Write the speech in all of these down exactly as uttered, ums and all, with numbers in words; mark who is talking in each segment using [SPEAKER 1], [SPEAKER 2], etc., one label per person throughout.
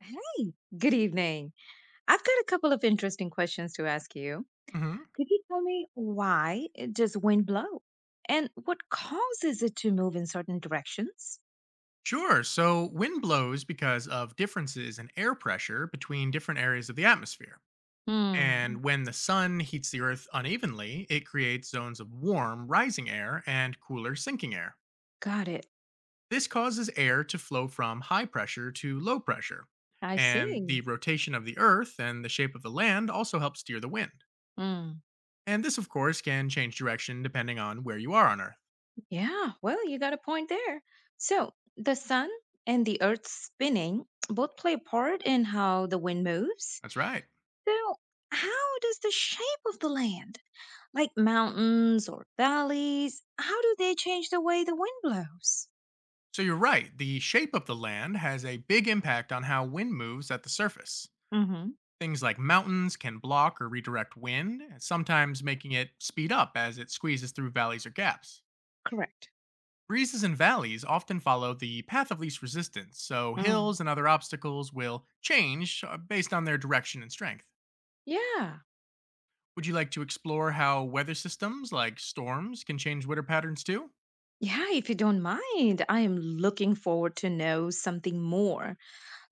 [SPEAKER 1] Hey, good evening. I've got a couple of interesting questions to ask you.
[SPEAKER 2] Hmm.
[SPEAKER 1] Could you tell me why it does wind blow and what causes it to move in certain directions?
[SPEAKER 2] Sure. So wind blows because of differences in air pressure between different areas of the atmosphere.
[SPEAKER 1] Hmm,
[SPEAKER 2] And when the sun heats the earth unevenly, it creates zones of warm, rising air and cooler, sinking air.
[SPEAKER 1] got it.
[SPEAKER 2] This causes air to flow from high pressure to low pressure.
[SPEAKER 1] I
[SPEAKER 2] And the
[SPEAKER 1] see.
[SPEAKER 2] rotation of the earth and the shape of the land also helps steer the wind.
[SPEAKER 1] Hmm,
[SPEAKER 2] And this, of course, can change direction depending on where you are on earth.
[SPEAKER 1] yeah, well, you got a point there. So, the sun and the earth spinning both play a part in how the wind moves.
[SPEAKER 2] That's right.
[SPEAKER 1] So, how does the shape of the land like mountains or valleys, how do they change the way the wind blows?
[SPEAKER 2] So you're right, the shape of the land has a big impact on how wind moves at the surface.
[SPEAKER 1] Mm-hmm.
[SPEAKER 2] Things like mountains can block or redirect wind, sometimes making it speed up as it squeezes through valleys or gaps.
[SPEAKER 1] Correct.
[SPEAKER 2] Breezes and valleys often follow the path of least resistance, so
[SPEAKER 1] Mm.
[SPEAKER 2] hills and other obstacles will change uh, based on their direction and strength.
[SPEAKER 1] Yeah.
[SPEAKER 2] Would you like to explore how weather systems like storms can change weather patterns too?
[SPEAKER 1] Yeah, if you don't mind, I am looking forward to know something more,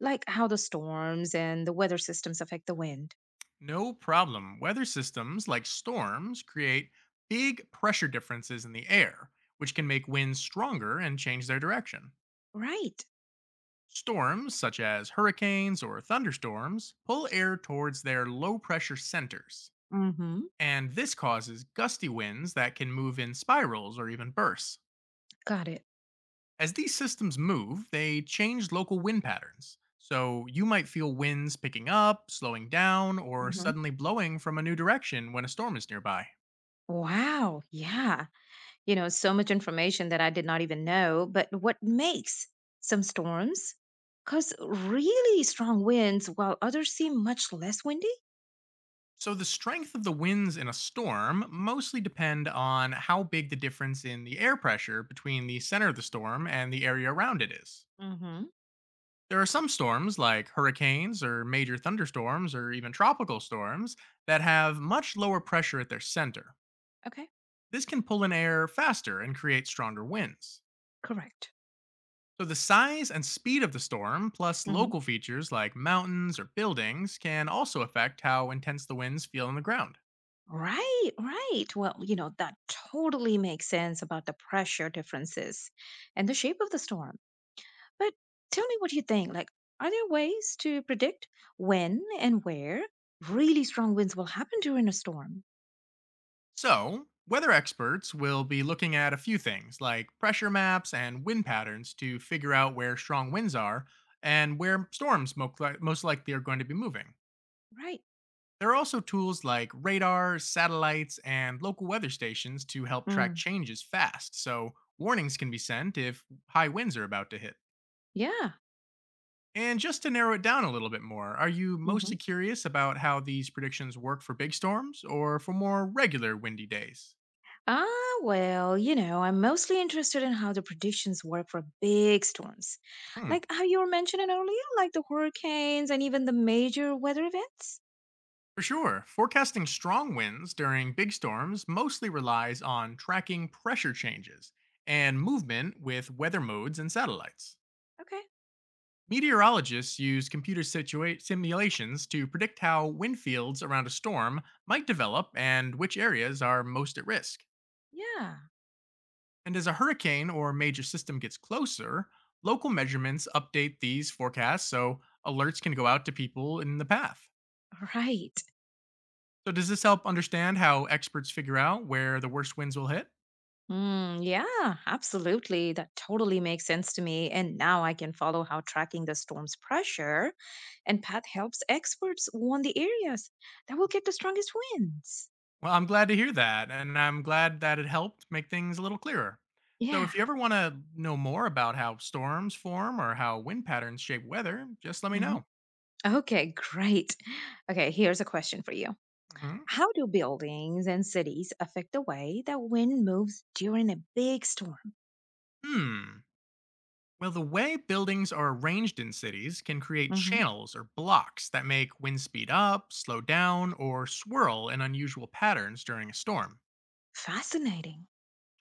[SPEAKER 1] like how the storms and the weather systems affect the wind.
[SPEAKER 2] No problem. Weather systems like storms create big pressure differences in the air, which can make winds stronger and change their direction.
[SPEAKER 1] Right.
[SPEAKER 2] Storms, such as hurricanes or thunderstorms, pull air towards their low pressure centers,
[SPEAKER 1] Mm-hmm.
[SPEAKER 2] and this causes gusty winds that can move in spirals or even bursts.
[SPEAKER 1] Got it.
[SPEAKER 2] As these systems move, they change local wind patterns, so you might feel winds picking up, slowing down, or
[SPEAKER 1] Mm-hmm.
[SPEAKER 2] suddenly blowing from a new direction when a storm is nearby.
[SPEAKER 1] Wow. Yeah. You know, so much information that I did not even know. But what makes some storms cause really strong winds while others seem much less windy?
[SPEAKER 2] So the strength of the winds in a storm mostly depend on how big the difference in the air pressure between the center of the storm and the area around it is.
[SPEAKER 1] Hmm.
[SPEAKER 2] There are some storms, like hurricanes or major thunderstorms or even tropical storms, that have much lower pressure at their center.
[SPEAKER 1] Okay.
[SPEAKER 2] This can pull in air faster and create stronger winds.
[SPEAKER 1] Correct.
[SPEAKER 2] So the size and speed of the storm, plus
[SPEAKER 1] Hmm.
[SPEAKER 2] local features like mountains or buildings, can also affect how intense the winds feel on the ground.
[SPEAKER 1] Right, right. Well, you know, that totally makes sense about the pressure differences and the shape of the storm. But tell me what you think. Like, are there ways to predict when and where really strong winds will happen during a storm?
[SPEAKER 2] So, weather experts will be looking at a few things like pressure maps and wind patterns to figure out where strong winds are and where storms mo- cli- most likely are going to be moving.
[SPEAKER 1] Right.
[SPEAKER 2] There are also tools like radar, satellites, and local weather stations to help track
[SPEAKER 1] Mm.
[SPEAKER 2] changes fast, so warnings can be sent if high winds are about to hit.
[SPEAKER 1] Yeah.
[SPEAKER 2] And just to narrow it down a little bit more, are you
[SPEAKER 1] Hmm.
[SPEAKER 2] mostly curious about how these predictions work for big storms or for more regular windy days?
[SPEAKER 1] Ah, well, you know, I'm mostly interested in how the predictions work for big storms,
[SPEAKER 2] Hmm.
[SPEAKER 1] like how you were mentioning earlier, like the hurricanes and even the major weather events.
[SPEAKER 2] For sure, forecasting strong winds during big storms mostly relies on tracking pressure changes and movement with weather modes and satellites.
[SPEAKER 1] Okay.
[SPEAKER 2] Meteorologists use computer situa- simulations to predict how wind fields around a storm might develop and which areas are most at risk.
[SPEAKER 1] Yeah.
[SPEAKER 2] And as a hurricane or major system gets closer, local measurements update these forecasts so alerts can go out to people in the path.
[SPEAKER 1] All right.
[SPEAKER 2] So, does this help understand how experts figure out where the worst winds will hit?
[SPEAKER 1] Mm, yeah, absolutely. That totally makes sense to me. And now I can follow how tracking the storm's pressure and path helps experts warn the areas that will get the strongest winds.
[SPEAKER 2] Well, I'm glad to hear that, and I'm glad that it helped make things a little clearer. So,
[SPEAKER 1] Yeah.
[SPEAKER 2] if you ever want to know more about how storms form or how wind patterns shape weather, just let me
[SPEAKER 1] Mhm.
[SPEAKER 2] know.
[SPEAKER 1] Okay, great. Okay, here's a question for you.
[SPEAKER 2] Hmm.
[SPEAKER 1] How do buildings and cities affect the way that wind moves during a big storm?
[SPEAKER 2] Hmm. Well, the way buildings are arranged in cities can create
[SPEAKER 1] Hmm.
[SPEAKER 2] channels or blocks that make wind speed up, slow down, or swirl in unusual patterns during a storm.
[SPEAKER 1] Fascinating.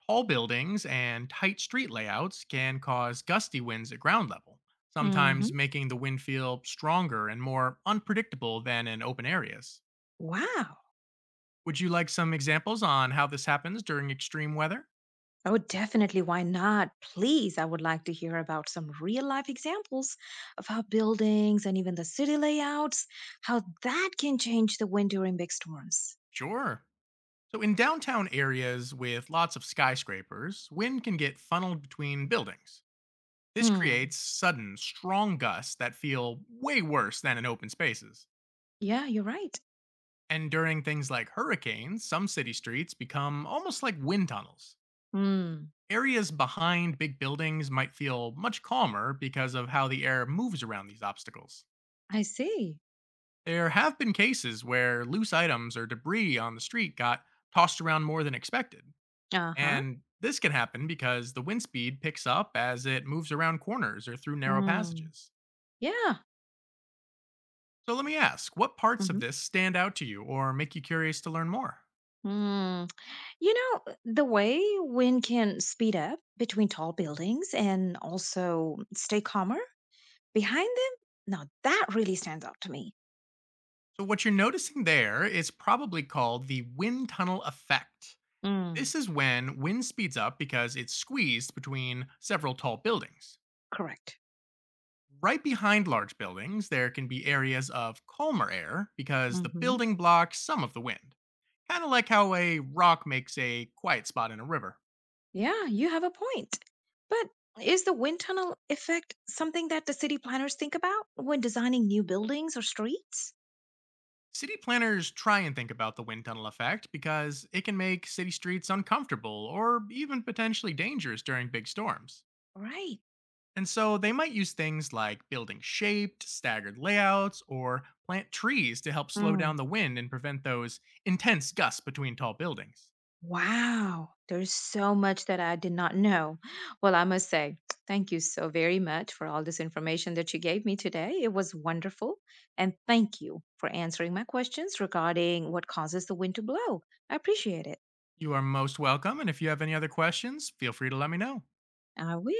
[SPEAKER 2] Tall buildings and tight street layouts can cause gusty winds at ground level, sometimes
[SPEAKER 1] Hmm.
[SPEAKER 2] making the wind feel stronger and more unpredictable than in open areas.
[SPEAKER 1] Wow.
[SPEAKER 2] Would you like some examples on how this happens during extreme weather?
[SPEAKER 1] Oh, definitely. Why not? Please, I would like to hear about some real life examples of how buildings and even the city layouts, how that can change the wind during big storms.
[SPEAKER 2] Sure. So, in downtown areas with lots of skyscrapers, wind can get funneled between buildings. This
[SPEAKER 1] Hmm.
[SPEAKER 2] creates sudden, strong gusts that feel way worse than in open spaces.
[SPEAKER 1] Yeah, you're right.
[SPEAKER 2] And during things like hurricanes, some city streets become almost like wind tunnels.
[SPEAKER 1] Hmm.
[SPEAKER 2] Areas behind big buildings might feel much calmer because of how the air moves around these obstacles.
[SPEAKER 1] I see.
[SPEAKER 2] There have been cases where loose items or debris on the street got tossed around more than expected.
[SPEAKER 1] Uh huh.
[SPEAKER 2] And this can happen because the wind speed picks up as it moves around corners or through narrow
[SPEAKER 1] Hmm.
[SPEAKER 2] passages.
[SPEAKER 1] Yeah.
[SPEAKER 2] So let me ask, what parts of
[SPEAKER 1] Hmm.
[SPEAKER 2] this stand out to you or make you curious to learn more?
[SPEAKER 1] Mm. You know, the way wind can speed up between tall
[SPEAKER 2] Mhm.
[SPEAKER 1] buildings and also stay calmer behind them, now that really stands out to me.
[SPEAKER 2] So, what you're noticing there is probably called the wind tunnel effect.
[SPEAKER 1] Mm.
[SPEAKER 2] This is when wind speeds up because it's squeezed between several tall buildings.
[SPEAKER 1] Correct.
[SPEAKER 2] Right behind large buildings, there can be areas of calmer air because the
[SPEAKER 1] Hmm.
[SPEAKER 2] building blocks some of the wind, kind of like how a rock makes a quiet spot in a river.
[SPEAKER 1] Yeah, you have a point. But is the wind tunnel effect something that the city planners think about when designing new buildings or streets?
[SPEAKER 2] City planners try and think about the wind tunnel effect because it can make city streets uncomfortable or even potentially dangerous during big storms.
[SPEAKER 1] Right.
[SPEAKER 2] And so they might use things like building shaped, staggered layouts, or plant trees to help slow down
[SPEAKER 1] Mm.
[SPEAKER 2] the wind and prevent those intense gusts between tall buildings.
[SPEAKER 1] Wow, there's so much that I did not know. Well, I must say, thank you so very much for all this information that you gave me today. It was wonderful. And thank you for answering my questions regarding what causes the wind to blow. I appreciate it.
[SPEAKER 2] You are most welcome, and if you have any other questions, feel free to let me know.
[SPEAKER 1] I will.